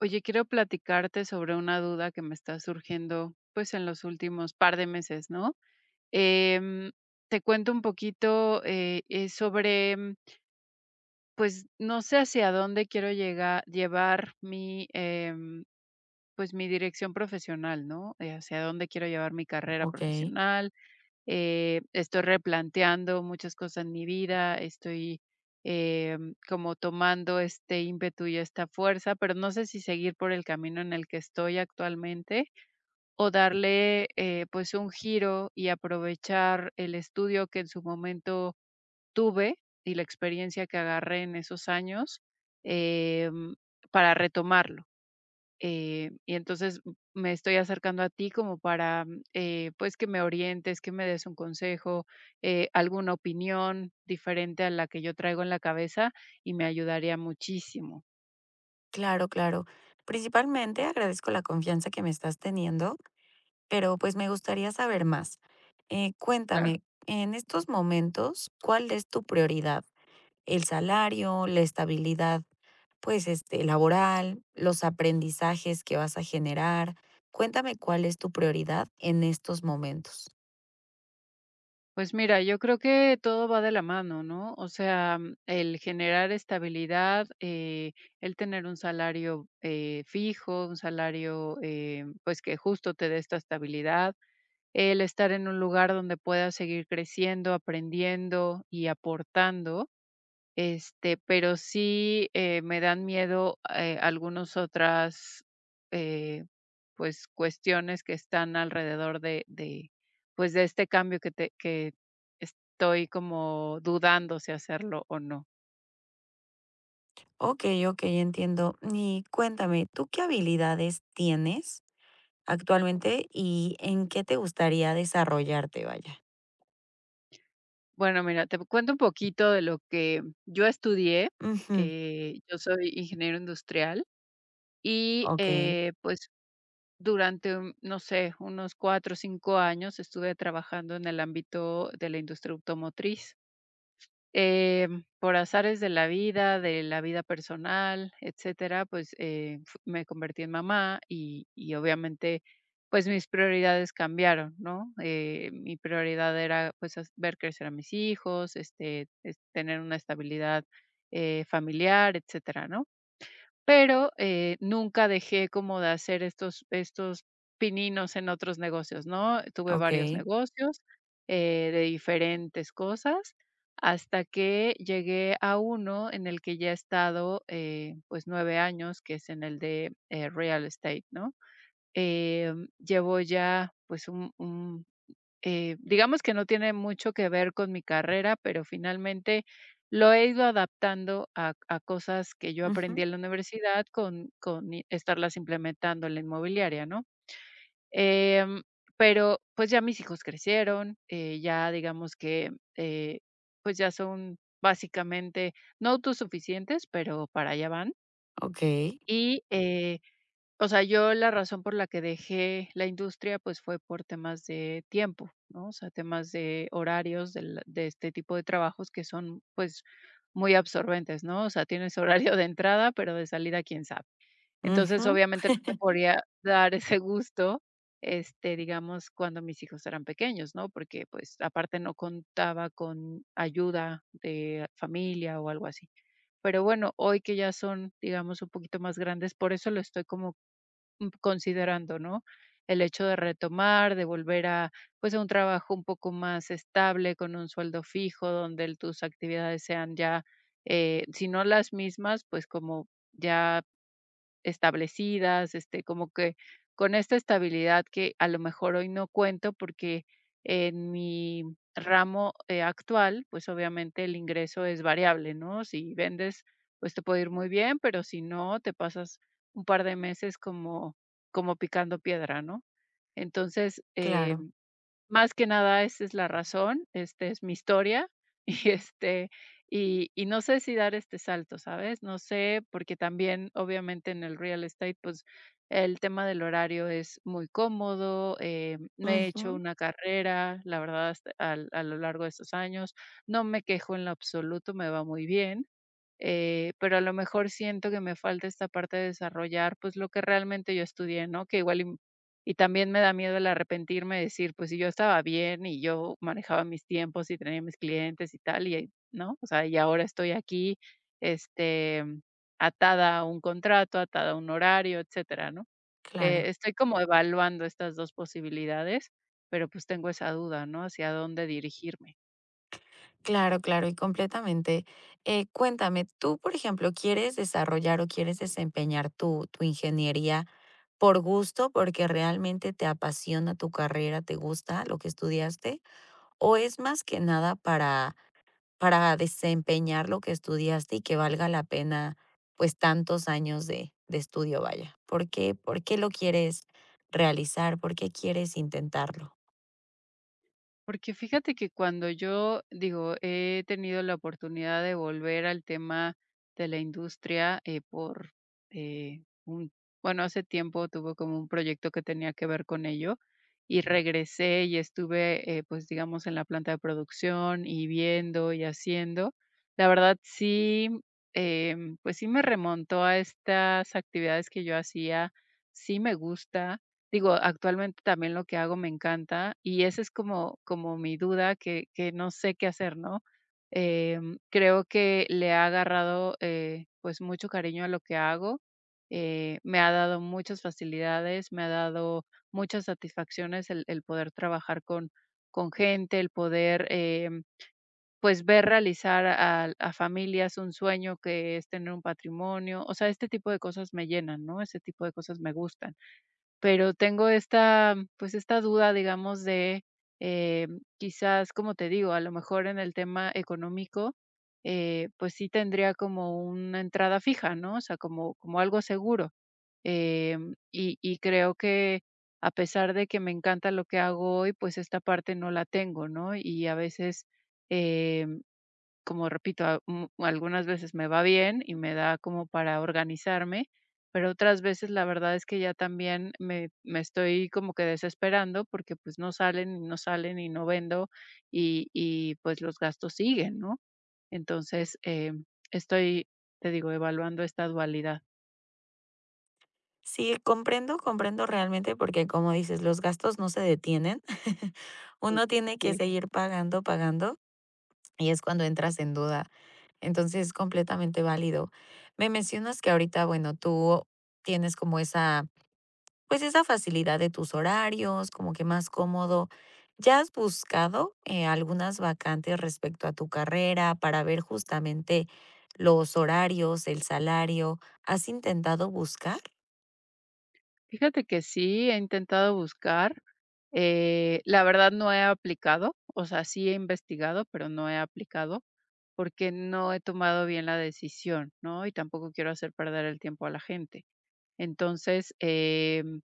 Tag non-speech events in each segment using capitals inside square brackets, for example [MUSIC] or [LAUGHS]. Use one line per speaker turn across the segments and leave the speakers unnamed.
Oye, quiero platicarte sobre una duda que me está surgiendo, pues, en los últimos par de meses, ¿no? Em, te cuento un poquito, es sobre, pues, no sé hacia dónde quiero llegar, llevar mi, pues, mi dirección profesional, ¿no? Hacia dónde quiero llevar mi carrera
Ok,
profesional, estoy replanteando muchas cosas en mi vida, estoy como tomando este ímpetu y esta fuerza, pero no sé si seguir por el camino en el que estoy actualmente o darle pues un giro y aprovechar el estudio que en su momento tuve y la experiencia que agarré en esos años em, para retomarlo. Y entonces me estoy acercando a ti como para, pues, que me orientes, que me des un consejo, alguna opinión diferente a la que yo traigo en la cabeza y me ayudaría muchísimo.
claro, claro. Principalmente agradezco la confianza que me estás teniendo, pero pues me gustaría saber más.
Claro.
Cuéntame, en estos momentos, ¿cuál es tu prioridad? ¿El salario, la estabilidad, pues este, laboral, los aprendizajes que vas a generar? Cuéntame cuál es tu prioridad en estos momentos.
Pues mira, yo creo que todo va de la mano, ¿no? O sea, el generar estabilidad, el tener un salario fijo, un salario pues que justo te dé esta estabilidad, el estar en un lugar donde pueda seguir creciendo, aprendiendo y aportando, este, pero sí, me dan miedo, algunos otras, eh, pues, cuestiones que están alrededor de, pues, de este cambio que estoy como dudando si hacerlo o no.
Ok, ok, entiendo. Y cuéntame, ¿tú qué habilidades tienes actualmente, y en qué te gustaría desarrollarte? Vaya.
Bueno, mira, te cuento un poquito de lo que yo estudié.
Ujú.
Yo soy ingeniero industrial y,
Okey,
pues durante, no sé, unos 4 o 5 años estuve trabajando en el ámbito de la industria automotriz. Por azares de la vida personal, etcétera, pues, fu me convertí en mamá y obviamente, pues, mis prioridades cambiaron, ¿no? Mi prioridad era, pues, as ver crecer a mis hijos, este, es tener una estabilidad, familiar, etcétera, ¿no? Pero, nunca dejé como de hacer estos pininos en otros negocios, ¿no? Tuve varios
okey.
negocios, de diferentes cosas, hasta que llegué a uno en el que ya he estado, pues, 9 años, que es en el de, real estate, ¿no? Llevo ya, pues, un digamos que no tiene mucho que ver con mi carrera, pero finalmente lo he ido adaptando a cosas que yo
Ujú.
aprendí en la universidad con i estarlas implementando en la inmobiliaria, ¿no? Em, pero, pues, ya mis hijos crecieron, ya digamos que, pues, ya son básicamente no autosuficientes, pero para allá van.
Okey.
Y, o sea, yo la razón por la que dejé la industria, pues, fue por temas de tiempo, ¿no? O sea, temas de horarios del de este tipo de trabajos que son, pues, muy absorbentes, ¿no? O sea, tienes [LAUGHS] horario de entrada, pero de salida, quién sabe. Entonces,
Ujú.
obviamente, no me
[LAUGHS]
podía dar ese gusto, este, digamos, cuando mis hijos eran pequeños, ¿no? Porque, pues, aparte no contaba con ayuda de familia o algo así. Pero bueno, hoy que ya son, digamos, un poquito más grandes, por eso lo estoy como considerando, ¿no? El hecho de retomar, de volver a, pues, a un trabajo un poco más estable, con un sueldo fijo, donde tus actividades sean ya, si no las mismas, pues como ya establecidas, este, como que con esta estabilidad que a lo mejor hoy no cuento porque en mi ramo, actual, pues, obviamente el ingreso es variable, ¿no? Si vendes, pues, te puede ir muy bien, pero si no, te pasas un par de meses como picando piedra, ¿no? Entonces,
Claro.
más que nada, esa es la razón, este, es mi historia, [LAUGHS] y, este, y no sé si dar este salto, ¿sabes? No sé, porque también, obviamente, en el real estate, pues, el tema del horario es muy cómodo, me he hecho
Ujú.
una carrera, la verdad, hasta al a lo largo de estos años, no me quejo en lo absoluto, me va muy bien, pero a lo mejor siento que me falta esta parte de desarrollar, pues, lo que realmente yo estudié, ¿no? Que igual y también me da miedo el arrepentirme, decir, pues, si yo estaba bien y yo manejaba mis tiempos y tenía mis clientes y tal, y, ¿no? O sea, y ahora estoy aquí, este, atada a un contrato, atada a un horario, etcétera, ¿no? Eh,
Claro.
estoy como evaluando estas 2 posibilidades, pero, pues, tengo esa duda, ¿no? Hacia dónde dirigirme.
Claro, claro, y completamente. Cuéntame, tú, por ejemplo, ¿quieres desarrollar o quieres desempeñar tu ingeniería por gusto, porque realmente te apasiona tu carrera, te gusta lo que estudiaste, o es más que nada para para desempeñar lo que estudiaste y que valga la pena, pues, tantos años de estudio, vaya. ¿Por qué lo quieres realizar? ¿Por qué quieres intentarlo?
Porque fíjate que cuando yo, digo, he tenido la oportunidad de volver al tema de la industria, por, un bueno, hace tiempo tuve como un proyecto que tenía que ver con ello, y regresé y estuve, pues, digamos, en la planta de producción, y viendo y haciendo. La verdad sí, pues, sí me remontó a estas actividades que yo hacía, sí me gusta. Digo, actualmente también lo que hago me encanta y esa es como mi duda que no sé qué hacer, ¿no? Creo que le ha agarrado, pues, mucho cariño a lo que hago, me ha dado muchas facilidades, me ha dado muchas satisfacciones el poder trabajar con gente, el poder, pues, ver realizar a familias un sueño que es tener un patrimonio, o sea, este tipo de cosas me llenan, ¿no? Ese tipo de cosas me gustan. Pero tengo esta, pues, esta duda, digamos, de, eh, quizás, como te digo, a lo mejor en el tema económico, pues sí tendría como una entrada fija, ¿no? O sea, como algo seguro, y creo que a pesar de que me encanta lo que hago hoy, pues esta parte no la tengo, ¿no? Y a veces, eh como repito, algunas veces me va bien y me da como para organizarme, pero otras veces la verdad es que ya también me estoy como que desesperando porque pues no salen y no salen y no vendo y pues los gastos siguen, ¿no? Entonces, estoy, te digo, evaluando esta dualidad.
Sí, comprendo, comprendo realmente, porque, como dices, los gastos no se detienen. [LAUGHS]
Sí,
Uno tiene que
sí.
seguir pagando, pagando, y es cuando entras en duda. Entonces, es completamente válido. Me mencionas que ahorita, bueno, tú tienes como esa, pues, esa facilidad de tus horarios, como que más cómodo. ¿Ya has buscado, algunas vacantes respecto a tu carrera para ver justamente los horarios, el salario? ¿Has intentado buscar?
Fíjate que sí, he intentado buscar. La verdad no he aplicado, o sea, sí he investigado, pero no he aplicado porque no he tomado bien la decisión, ¿no? Y tampoco quiero hacer perder el tiempo a la gente. Entonces,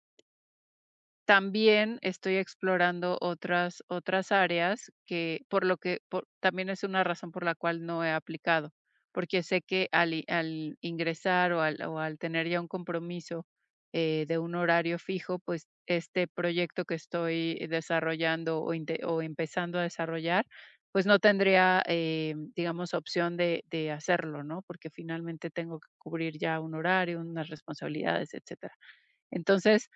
también estoy explorando otras áreas que por también es una razón por la cual no he aplicado, porque sé que al ingresar o al tener ya un compromiso, de un horario fijo, pues, este proyecto que estoy desarrollando o empezando a desarrollar, pues, no tendría, digamos, opción de hacerlo, ¿no? Porque finalmente tengo que cubrir ya un horario, unas responsabilidades, etcétera. Entonces,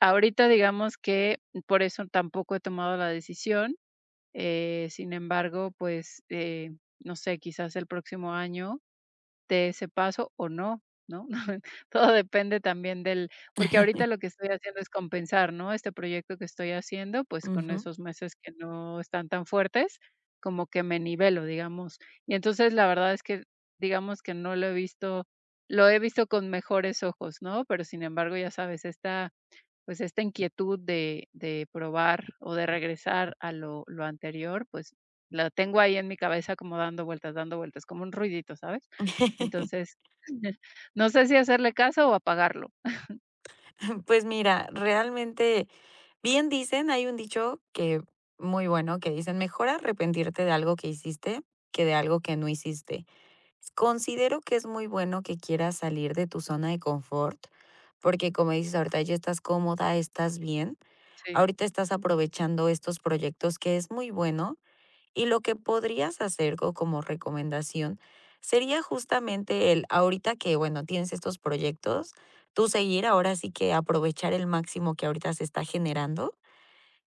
ahorita digamos que por eso tampoco he tomado la decisión, sin embargo, pues, no sé, quizás el próximo año dé ese paso o no, ¿no? [LAUGHS] Todo depende también del porque ahorita lo que
[LAUGHS]
estoy haciendo es compensar, ¿no? Este proyecto que estoy haciendo, pues, con
Ujú.
esos meses que no están tan fuertes, como que me nivelo, digamos. Y entonces, la verdad es que, digamos que no lo he visto lo he visto con mejores ojos, ¿no? Pero sin embargo, ya sabes, esta pues esta inquietud de, probar o de regresar a lo anterior, pues la tengo ahí en mi cabeza como dando vueltas, como un ruidito, ¿sabes?
[LAUGHS]
Entonces, [LAUGHS] no sé si hacerle caso o apagarlo.
Pues mira, realmente, bien dicen, hay un dicho que muy bueno que dicen: "Mejor arrepentirte de algo que hiciste que de algo que no hiciste". Considero que es muy bueno que quieras salir de tu zona de confort, porque como dices, ahorita ya estás cómoda, estás bien,
Sí,
ahorita estás aprovechando estos proyectos que es muy bueno, y lo que podrías hacer como recomendación sería justamente el, ahorita que, bueno, tienes estos proyectos, tú seguir ahora sí que aprovechar el máximo que ahorita se está generando.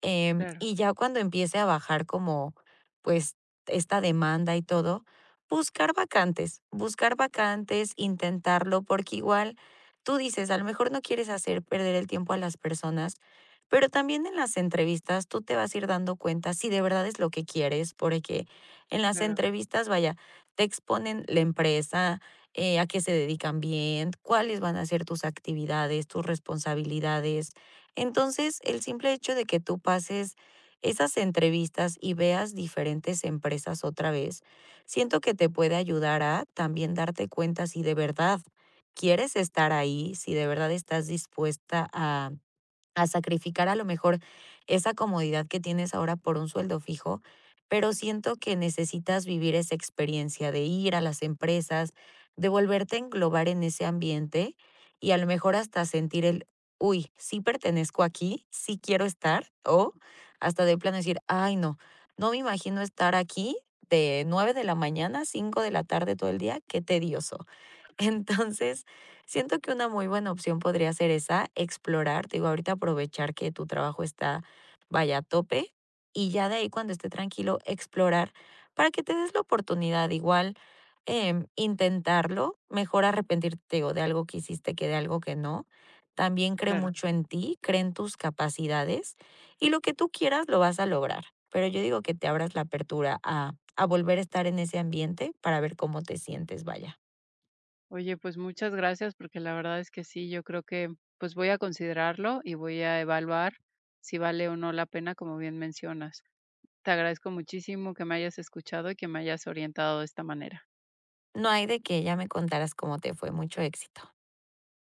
claro,
Y ya cuando empiece a bajar como, pues, esta demanda y todo, buscar vacantes, intentarlo, porque igual tú dices, a lo mejor no quieres hacer perder el tiempo a las personas, pero también en las entrevistas tú te vas a ir dando cuenta si de verdad es lo que quieres, porque en las
claro,
entrevistas, vaya, te exponen la empresa, a qué se dedican bien, cuáles van a ser tus actividades, tus responsabilidades. Entonces, el simple hecho de que tú pases esas entrevistas y veas diferentes empresas otra vez, siento que te puede ayudar a también darte cuenta si de verdad quieres estar ahí, si de verdad estás dispuesta a sacrificar a lo mejor esa comodidad que tienes ahora por un sueldo fijo, pero siento que necesitas vivir esa experiencia de ir a las empresas, de volverte a englobar en ese ambiente y a lo mejor hasta sentir el, uy, sí pertenezco aquí, sí quiero estar, o hasta de plano decir, ay no, no me imagino estar aquí de 9 de la mañana a 5 de la tarde todo el día, qué tedioso. [LAUGHS] Entonces, siento que una muy buena opción podría ser esa, explorar, te digo, ahorita aprovechar que tu trabajo está, vaya, a tope, y ya de ahí cuando esté tranquilo, explorar para que te des la oportunidad, igual, intentarlo, mejor arrepentirte, te digo, de algo que hiciste que de algo que no. También cree
claro.
mucho en ti, cree en tus capacidades y lo que tú quieras lo vas a lograr, pero yo digo que te abras la apertura a volver a estar en ese ambiente para ver cómo te sientes, vaya.
Oye, pues muchas gracias porque la verdad es que sí, yo creo que pues voy a considerarlo y voy a evaluar si vale o no la pena, como bien mencionas. Te agradezco muchísimo que me hayas escuchado y que me hayas orientado de esta manera.
No hay de que ya me contaras cómo te fue, mucho éxito.